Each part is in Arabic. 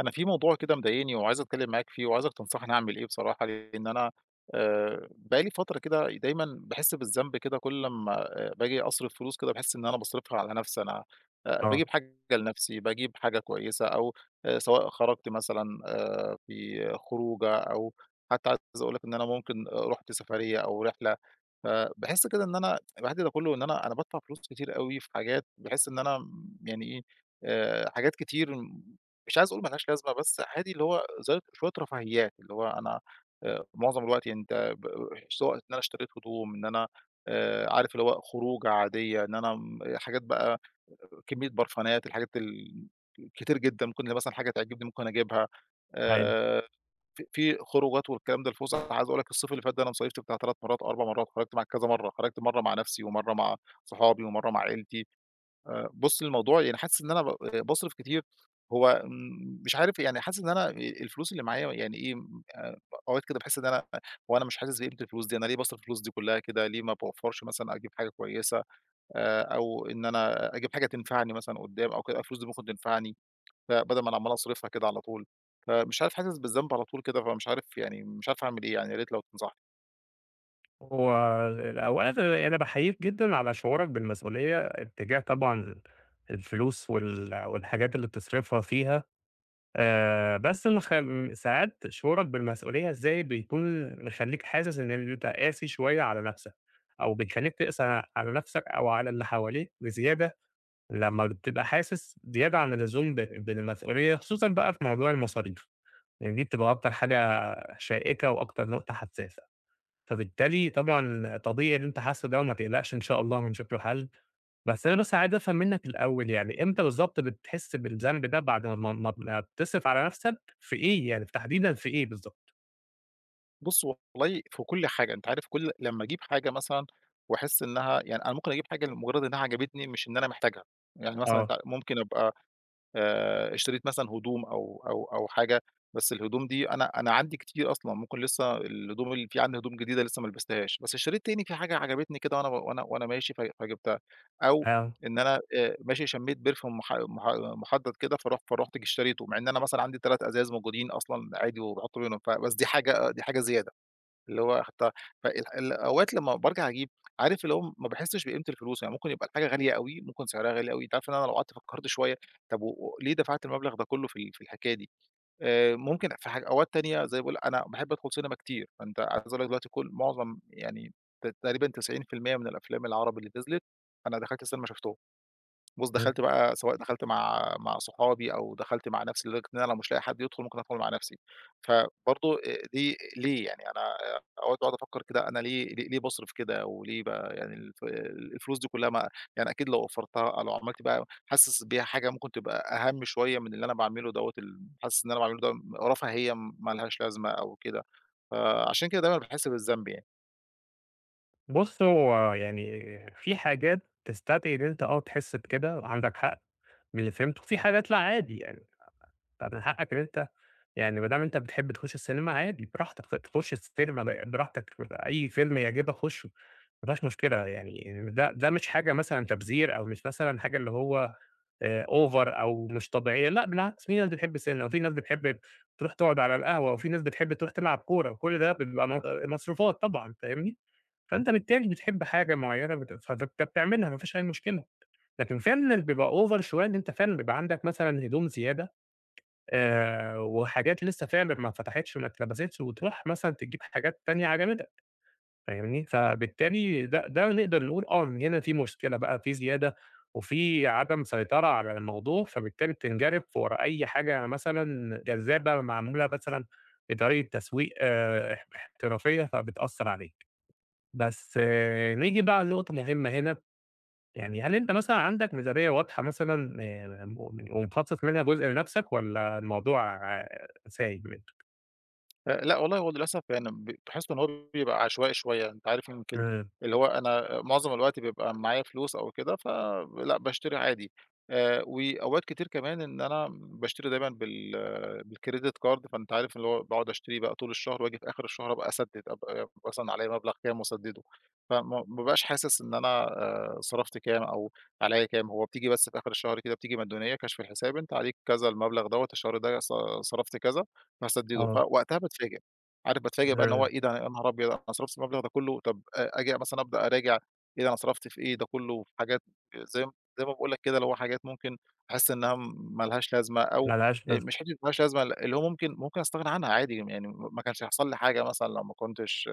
أنا في موضوع كده مضايقني وعايز أتكلم معاك فيه وعايزك تنصحني أعمل إيه بصراحة، لإن أنا بقى لي فترة كده دايمًا باحس بالذنب كده كل أمّا باجي أصرف فلوس كده، باحس إن أنا باصرفها على نفسي أنا، آه، باجيب حاجة لنفسي، باجيب حاجة كويسة، أو سواء خرجت مثلًا في خروجة، أو حتى عايز أقول لك إن أنا ممكن رُحت سفرية أو رحلة. فباحس كده إن أنا بعد ده كله إن أنا بادفع فلوس كتير أوي في حاجات، باحس إن أنا يعني إيه، حاجات كتير، مش عايز أقول ما لهاش لازمة، بس عادي اللي هو زي شوية رفاهيات، اللي هو أنا معظم الوقت، يعني أنت سواء إن أنا اشتريت هدوم، إن أنا عارف اللي هو خروجة عادية، إن أنا حاجات بقى، كمية برفانات، الحاجات كتير جدًا، ممكن مثلًا حاجة تعجبني ممكن أجيبها، أيوه. آآ في خروجات والكلام ده، الفُسح. عايز أقول لك الصيف اللي فات ده أنا صيفت بتاع 3 مرّات أو 4 مرّات، خرجت مع كذا مرّة، خرجت مرّة مع نَفْسي، ومرّة مع صحابي، ومرّة مع عيلتي. بُص، الموضوع يعني حاسس إن أنا ب باصرف كتير، هو مش عارف، يعني حاسس إن أنا الفلوس اللي معايا يعني إيه، م أوقات كده باحس إن أنا، هو أنا مش حاسس بقيمة الفلوس دي، أنا ليه باصرف الفلوس دي كُلّها كده؟ ليه ما باوفّرش مثلًا أجيب حاجة كويسة، أو إن أنا أجيب حاجة تنفعني مثلًا قُدّام أو كده، الفلوس دي ممكن تنفعني. فبدل ما أنا عمّال أصرفها كده على طول، فمش عارف، حاسس بالذنب على طول كده، فمش عارف يعني، مش عارف أعمل إيه يعني، يا ريت لو تنصحني. هو أولًا أنا باحييك جدًا على شعورك بالمسؤولية اتجاه طبعًا الفلوس والحاجات اللي بتصرفها فيها، بس ساعات شعورك بالمسؤولية إزاي بيكون مخلّيك حاسس إن أنت قاسي شوية على نفسك، أو بيخلّيك تقسى على نفسك أو على اللي حواليك بزيادة لمّا بتبقى حاسس زيادة عن اللزوم بالمسؤولية، خصوصًا بقى في موضوع المصاريف، لأن دي بتبقى أكتر حاجة شائكة وأكتر نقطة حساسة. فبالتالي طبعًا طبيعي اللي أنت حاسه ده وما تقلقش إن شاء الله هنشوف له حل، بس أنا عايز أفهم منّك الأول يعني إمتى بالضبط بتحس بالذنب ده بعد ما بتصرف على نَفْسك في إيه يعني تحديدًا في إيه بالضبط؟ بُص، والله في كل حاجة، أنت عارف، كل لمّا أجيب حاجة مثلًا واحس إنها، يعني أنا ممكن أجيب حاجة لمجرد إنها عجبتني، مش إن أنا محتاجها. يعني مثلًا آه، أنت ممكن أبقى اشتريت مثلًا هدوم أو حاجة، بس الهدوم دي أنا عندي كتير أصلًا، ممكن لسه الهدوم اللي في عندي هدوم جديدة لسه ما لبستهاش، بس اشتريت تاني في حاجة عجبتني كده، وأنا ب وأنا وأنا ماشي فجبتها، أو آه، إن أنا ماشي شميت perfume مح مح مُحدّد كده، فرُحت اشتريته، مع إن أنا مثلًا عندي 3 أزايز موجودين أصلًا عادي وباحُط بينهم، فبس دي حاجة زيادة. اللي هو حتى فالح، أوقات لمّا بارجع أجيب، عارف اللي هو ما باحسّش بقيمة الفلوس، يعني ممكن يبقى الحاجة غالية أوي، ممكن سعرها غالي أوي، أنت عارف إن أنا لو قعدت فكّرت شوية، طب وليه دفعت المبلغ ده كُلّه في ال في الحكاية دي؟ ممكن في حاج أوقات تانية، زي ما باقول، أنا باحب أدخل سينما كتير، فأنت عايز أقول لك دلوقتي معظم يعني، تقريبًا 90% من الأفلام العربي اللي نزلت، أنا دخلت السينما شُفتهم. بُص، إمم. دخلت بقى سواء دخلت مع صحابي أو دخلت مع نفسي، لدرجة إن أنا لو مش لاقي حد يدخل ممكن أدخل مع نفسي. فبرضه دي ليه يعني؟ أنا أوقات باقعد أفكر كده، أنا ليه باصرف كده، وليه يعني، الفلوس دي كلها ما، يعني أكيد لو وفّرتها، لو عملت بقى حاسس بيها حاجة ممكن تبقى أهم شوية من اللي أنا باعمله دوّة، حاسس إن أنا باعمله ده رفاهية ما لهاش لازمة أو كده، فعشان كده دايمًا باحس بالذنب يعني. بُص هو يعني في حاجات تستدعي إن أنت آه تحس بكده، عندك حق من اللي فهمته، وفي حاجات لأ عادي يعني، فمن حقك إن أنت يعني ما دام أنت بتحب تخش السينما عادي براحتك تخش السينما براحتك أي فيلم يعجبك خشه، ما فيهاش مشكلة يعني ده مش حاجة مثلًا تبذير أو مش مثلًا حاجة اللي هو over أو مش طبيعية، لأ بالعكس في ناس بتحب السينما وفي ناس بتحب تروح تقعد على القهوة وفي ناس بتحب تروح تلعب كورة، وكل ده بيبقى مصروفات طبعًا، فاهمني؟ فأنت بالتالي بتحب حاجة معينة فأنت بتعملها ما فيش أي مشكلة، لكن فعلًا اللي بيبقى over شوية إن أنت فعلًا بيبقى عندك مثلًا هدوم زيادة، وحاجات لسه فعلًا ما اتفتحتش وما اتلبستش وتروح مثلًا تجيب حاجات تانية عجمدة، فاهمني؟ فبالتالي ده نقدر نقول آه، إن هنا في مشكلة بقى، في زيادة وفي عدم سيطرة على الموضوع، فبالتالي بتنجرف ورا أي حاجة مثلًا جذابة معمولة مثلًا بطريقة تسويق اح احترافية، فبتأثّر عليك. بس آه، نيجي بقى لنقطة مهمة هنا، يعني هل أنت مثلًا عندك ميزانية واضحة مثلًا، م ومخصص منها جزء لنفسك والّا الموضوع آه، سايب منك؟ لأ والله، هو للأسف يعني باحس إن هو بيبقى عشوائي شوية، أنت عارف، يمكن إمم، اللي هو أنا معظم الوقت بيبقى معايا فلوس أو كده، فلأ باشتري عادي. وأوقات كتير كمان إن أنا باشتري دايمًا بالcredit card، فأنت عارف اللي هو باقعد أشتري بقى طول الشهر، وآجي في آخر الشهر أبقى أسدِّد، أبقى مثلًا عليّا مبلغ كام وأسدِّده، فما ما بابقاش حاسس إن أنا صرفت كام أو عليّا كام، هو بتيجي بس في آخر الشهر كده، بتيجي مدّونية كشف الحساب، أنت عليك كذا المبلغ دوّة، الشهر ده صرفت كذا، فاسدده، آه، فوقتها باتفاجئ، عارف، باتفاجئ بقى إن هو إمم، إيه ده، يا نهار أبيض أنا صرفت المبلغ ده كله. طب آجي مثلًا أبدأ أراجع، إيه ده أنا صرفت في إيه، ده كله في حاجات زي ما زي ما باقول لك كده، اللي هو حاجات ممكن أحس إنها ما لهاش لازمة، أو ما لهاش مش لازمة. حتّة ما لهاش لازمة، اللي هو ممكن أستغنى عنها عادي، يعني ما كانش هيحصل لي حاجة مثلًا لو ما كنتش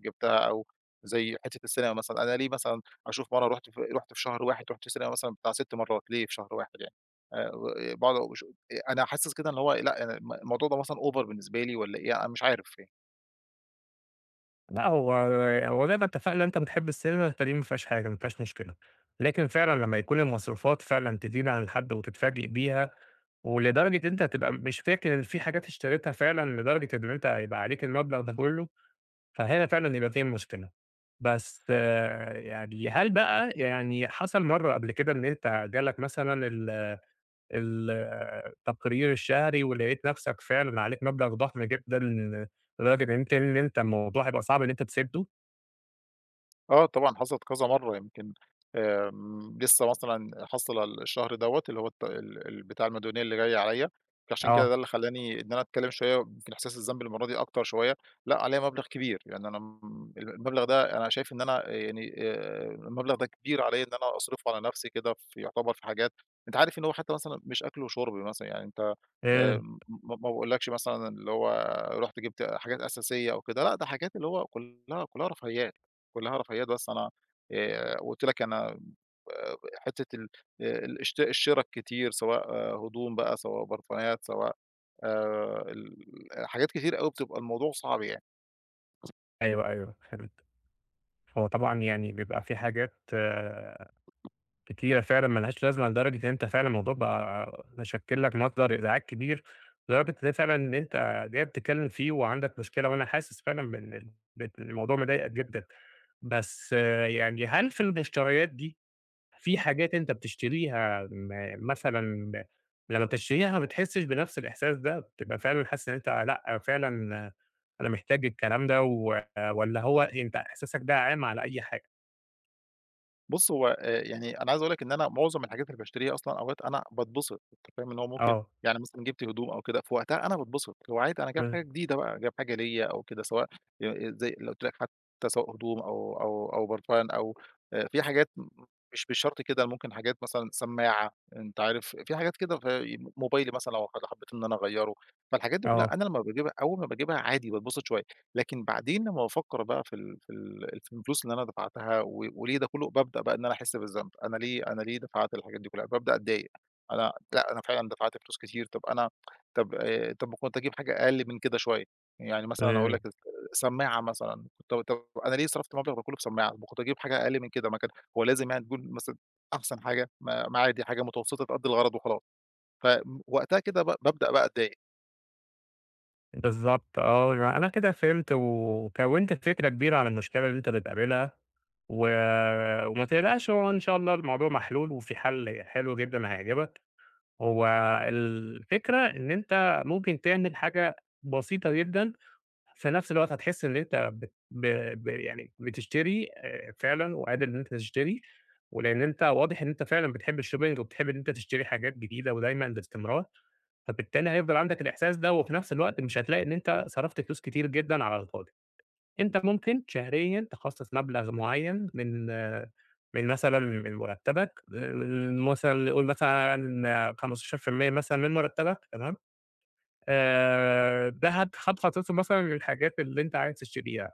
جِبتها، أو زي حتّة السينما مثلًا، أنا ليه مثلًا أشوف مرّة، رُحت في شهر واحد رُحت سينما مثلًا بتاع 6 مرّات، ليه في شهر واحد يعني؟ و باقعد أقول، أنا حاسس كده إن هو لأ، أنا الموضوع ده مثلًا over بالنسبة لي والّا إيه، أنا مش عارف يعني. لأ هو زي ما اتفقنا أنت بتحب السينما فدي ما فيهاش حاجة، ما فيهاش مشكلة، لكن فعلًا لمّا يكون المصروفات فعلًا تزيد عن الحد وتتفاجئ بيها، ولدرجة أنت تبقى مش فاكر إن في حاجات اشتريتها فعلًا لدرجة إن أنت هيبقى عليك المبلغ ده كله. فهنا فعلًا يبقى في مشكلة. بس آه، يعني هل بقى يعني حصل مرّة قبل كده إن أنت جالك مثلًا ال ال التقرير الشهري ولقيت نَفْسك فعلًا عليك مبلغ ضخم جدًا لدرجة إن أنت الموضوع هيبقى صعب إن أنت تسدّه؟ آه طبعًا، حصلت كذا مرّة، يمكن لسه مثلًا حاصلة الشهر دوّة، اللي هو الت ال ال بتاع المديونية اللي جاي عليَّ، فعشان كده آه. ده اللي خلّاني إن أنا أتكلّم شوية، يمكن إحساس الذنب المرّة دي أكتر شوية. لأ، عليَّ مبلغ كبير، يعني أنا المبلغ ده أنا شايف إن أنا يعني المبلغ ده كبير عليَّ إن أنا أصرفه على نفْسي كده في، يعتبر في حاجات، أنت عارف إن هو حتى مثلًا مش أكْل وشُرب مثلًا، يعني أنت إمم. م ما باقولكش مثلًا اللي هو رُحت جِبت حاجات أساسية أو كده، لأ ده حاجات اللي هو كلّها رفاهيات. كلّها رفاهيات، بس أنا قُلت لك أنا حتّة ال الاشت الشِرَا الكتير، سواء آه، هدوم بقى، سواء برفانات، سواء ال حاجات كتير أوي، بتبقى الموضوع صعب يعني. أيوه، أيوه، فهمت. هو طبعًا يعني بيبقى في حاجات كتيرة فعلًا ما لهاش لازمة، لدرجة إن أنت فعلًا الموضوع بقى مشكِّل لك مصدر إزعاج كبير، لدرجة إن فعلًا إن أنت جاي بتتكلم فيه وعندك مشكلة، وأنا حاسس فعلًا بإن الموضوع مضايقك جدًا. بس آه، يعني هل في المشتريات دي في حاجات أنت بتشتريها مثلًا لمّا بتشتريها ما بتحسش بنفس الإحساس ده؟ بتبقى فعلًا حاسس إن أنت لأ، فعلًا آه، أنا محتاج الكلام ده، و والّا هو أنت إحساسك ده عام على أي حاجة؟ بُص، هو يعني أنا عايز أقول لك إن أنا معظم الحاجات اللي باشتريها أصلًا، أوقات أنا باتبسط، أنت فاهم، إن هو ممكن آه، يعني مثلًا جِبت هدوم أو كده، في وقتها أنا باتبسط، هو عادي أنا جايب إمم، حاجة جديدة بقى، جايب حاجة ليّا أو كده، سواء زي اللي قُلت لك، حتى سواء هدوم أو برفان، أو في حاجات مش بالشرط كده، ممكن حاجات مثلًا سماعة، أنت عارف في حاجات كده، موبايلي مثلًا لو حبيت إن أنا أغيّره، فالحاجات دي كلها آه، أنا لمّا باجيبها، أول ما باجيبها عادي باتبسط شوية. لكن بعدين لمّا بافكّر بقى في ال في ال في الفلوس اللي أنا دفعتها وليه ده كلّه، بابدأ بقى إن أنا أحس بالذنب، أنا ليه دفعت الحاجات دي كلّها، بابدأ أتضايق، أنا لأ، أنا فعلًا دفعت فلوس كتير، طب أنا، طب ما كنت أجيب حاجة أقل من كده شوية، يعني مثلًا هاقول إمم. لك سماعة مثلًا، كنت، طب أنا ليه صرفت المبلغ ده كلّه في سماعة، ما كنت أجيب حاجة أقل من كده، ما كان هو لازم يعني تكون مثلًا أحسن حاجة، ما عادي حاجة متوسطة تأدّي الغرض وخلاص، فوقتها كده بابدأ بقى أتضايق. بالضبط آه، يعني أنا كده فهمت وكوّنت فكرة كبيرة عن المشكلة اللي أنت بتقابلها، و وما تقلقش هو إن شاء الله الموضوع محلول وفي حل حلو جدًا هيعجبك، هو الفكرة إن أنت ممكن تعمل حاجة بسيطة جدًا، في نفس الوقت هتحس إن أنت بت ب ب يعني بتشتري فعلًا وقادر إن أنت تشتري، ولإن أنت واضح إن أنت فعلًا بتحب الshopping وبتحب إن أنت تشتري حاجات جديدة ودايمًا باستمرار. فبالتالي هيفضل عندك الإحساس ده، وفي نفس الوقت مش هتلاقي إن أنت صرفت فلوس كتير جدًا على الفاضي. أنت ممكن شهريًا تخصص مبلغ معيّن من آه، من مثلًا من مرتبك، مثلًا نقول مثلًا 15% مثلًا من مرتبك، تمام، ده هتخصصه مثلًا للحاجات اللي أنت عايز تشتريها.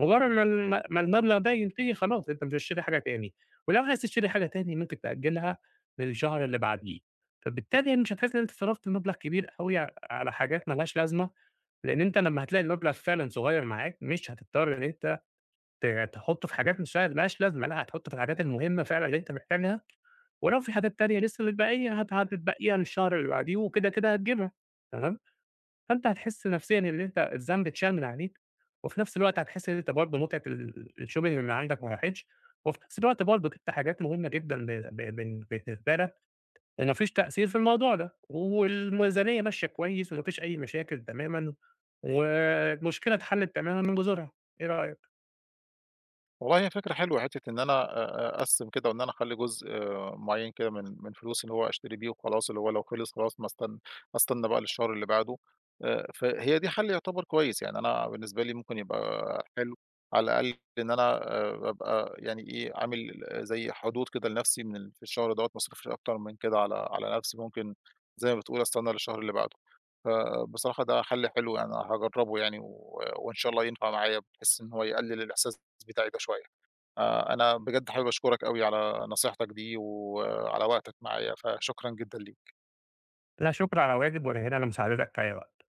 مجرد ما الم ما المبلغ ده ينتهي خلاص أنت مش هتشتري حاجة تاني، ولو عايز تشتري حاجة تاني ممكن تأجلها للشهر اللي بعديه، فبالتالي يعني مش هتحس إن أنت صرفت مبلغ كبير أوي على حاجات ما لهاش لازمة، لأن أنت لمّا هتلاقي المبلغ فعلًا صغير معاك مش هتضطر إن أنت ت تحطه في حاجات مش ما لهاش لازمة، لأ هتحطه في الحاجات المهمة فعلًا اللي أنت محتاجها، ولو في حاجات تانية لسه متبقية هتتبقيها للشهر اللي بعديه وكده هتجيبها، تمام؟ فأنت هتحس نفسيًا إن أنت الذنب اتشال من عليك، وفي نفس الوقت هتحس إن أنت برضه متعة الشغل اللي عندك ما راحتش، وفي نفس الوقت برضه جبت حاجات مهمة جدًا ب ب بال بالنسبة لك، وما فيش تأثير في الموضوع ده، والميزانية ماشية كويس وما فيش أي مشاكل تمامًا، والمشكلة اتحلت تمامًا من جذورها، إيه رأيك؟ والله هي فكرة حلوة، حتّة إن أنا أقسّم كده، وإن أنا أخلّي جزء معيّن كده من فلوسي، اللي هو أشتري بيه وخلاص، اللي هو لو خلص خلاص ما أستن أستنى بقى للشهر اللي بعده، فهي دي حل يعتبر كويس، يعني أنا بالنسبة لي ممكن يبقى حلو، على الأقل إن أنا أبقى يعني إيه، عامل زي حدود كده لنفسي، من ال في الشهر دوّة ما أصرفش أكتر من كده على نفسي، ممكن زي ما بتقول أستنى للشهر اللي بعده، فبصراحة ده حل حلو، يعني هاجرّبه يعني، وإن شاء الله ينفع معايا، بحيث إن هو يقلل الإحساس بتاعي ده شوية. أنا بجد حابب أشكرك أوي على نصيحتك دي، وعلى وقتك معايا، فشكرًا جدًا ليك. لا شكر على واجب، ولا هنا لمساعدتك في أي وقت.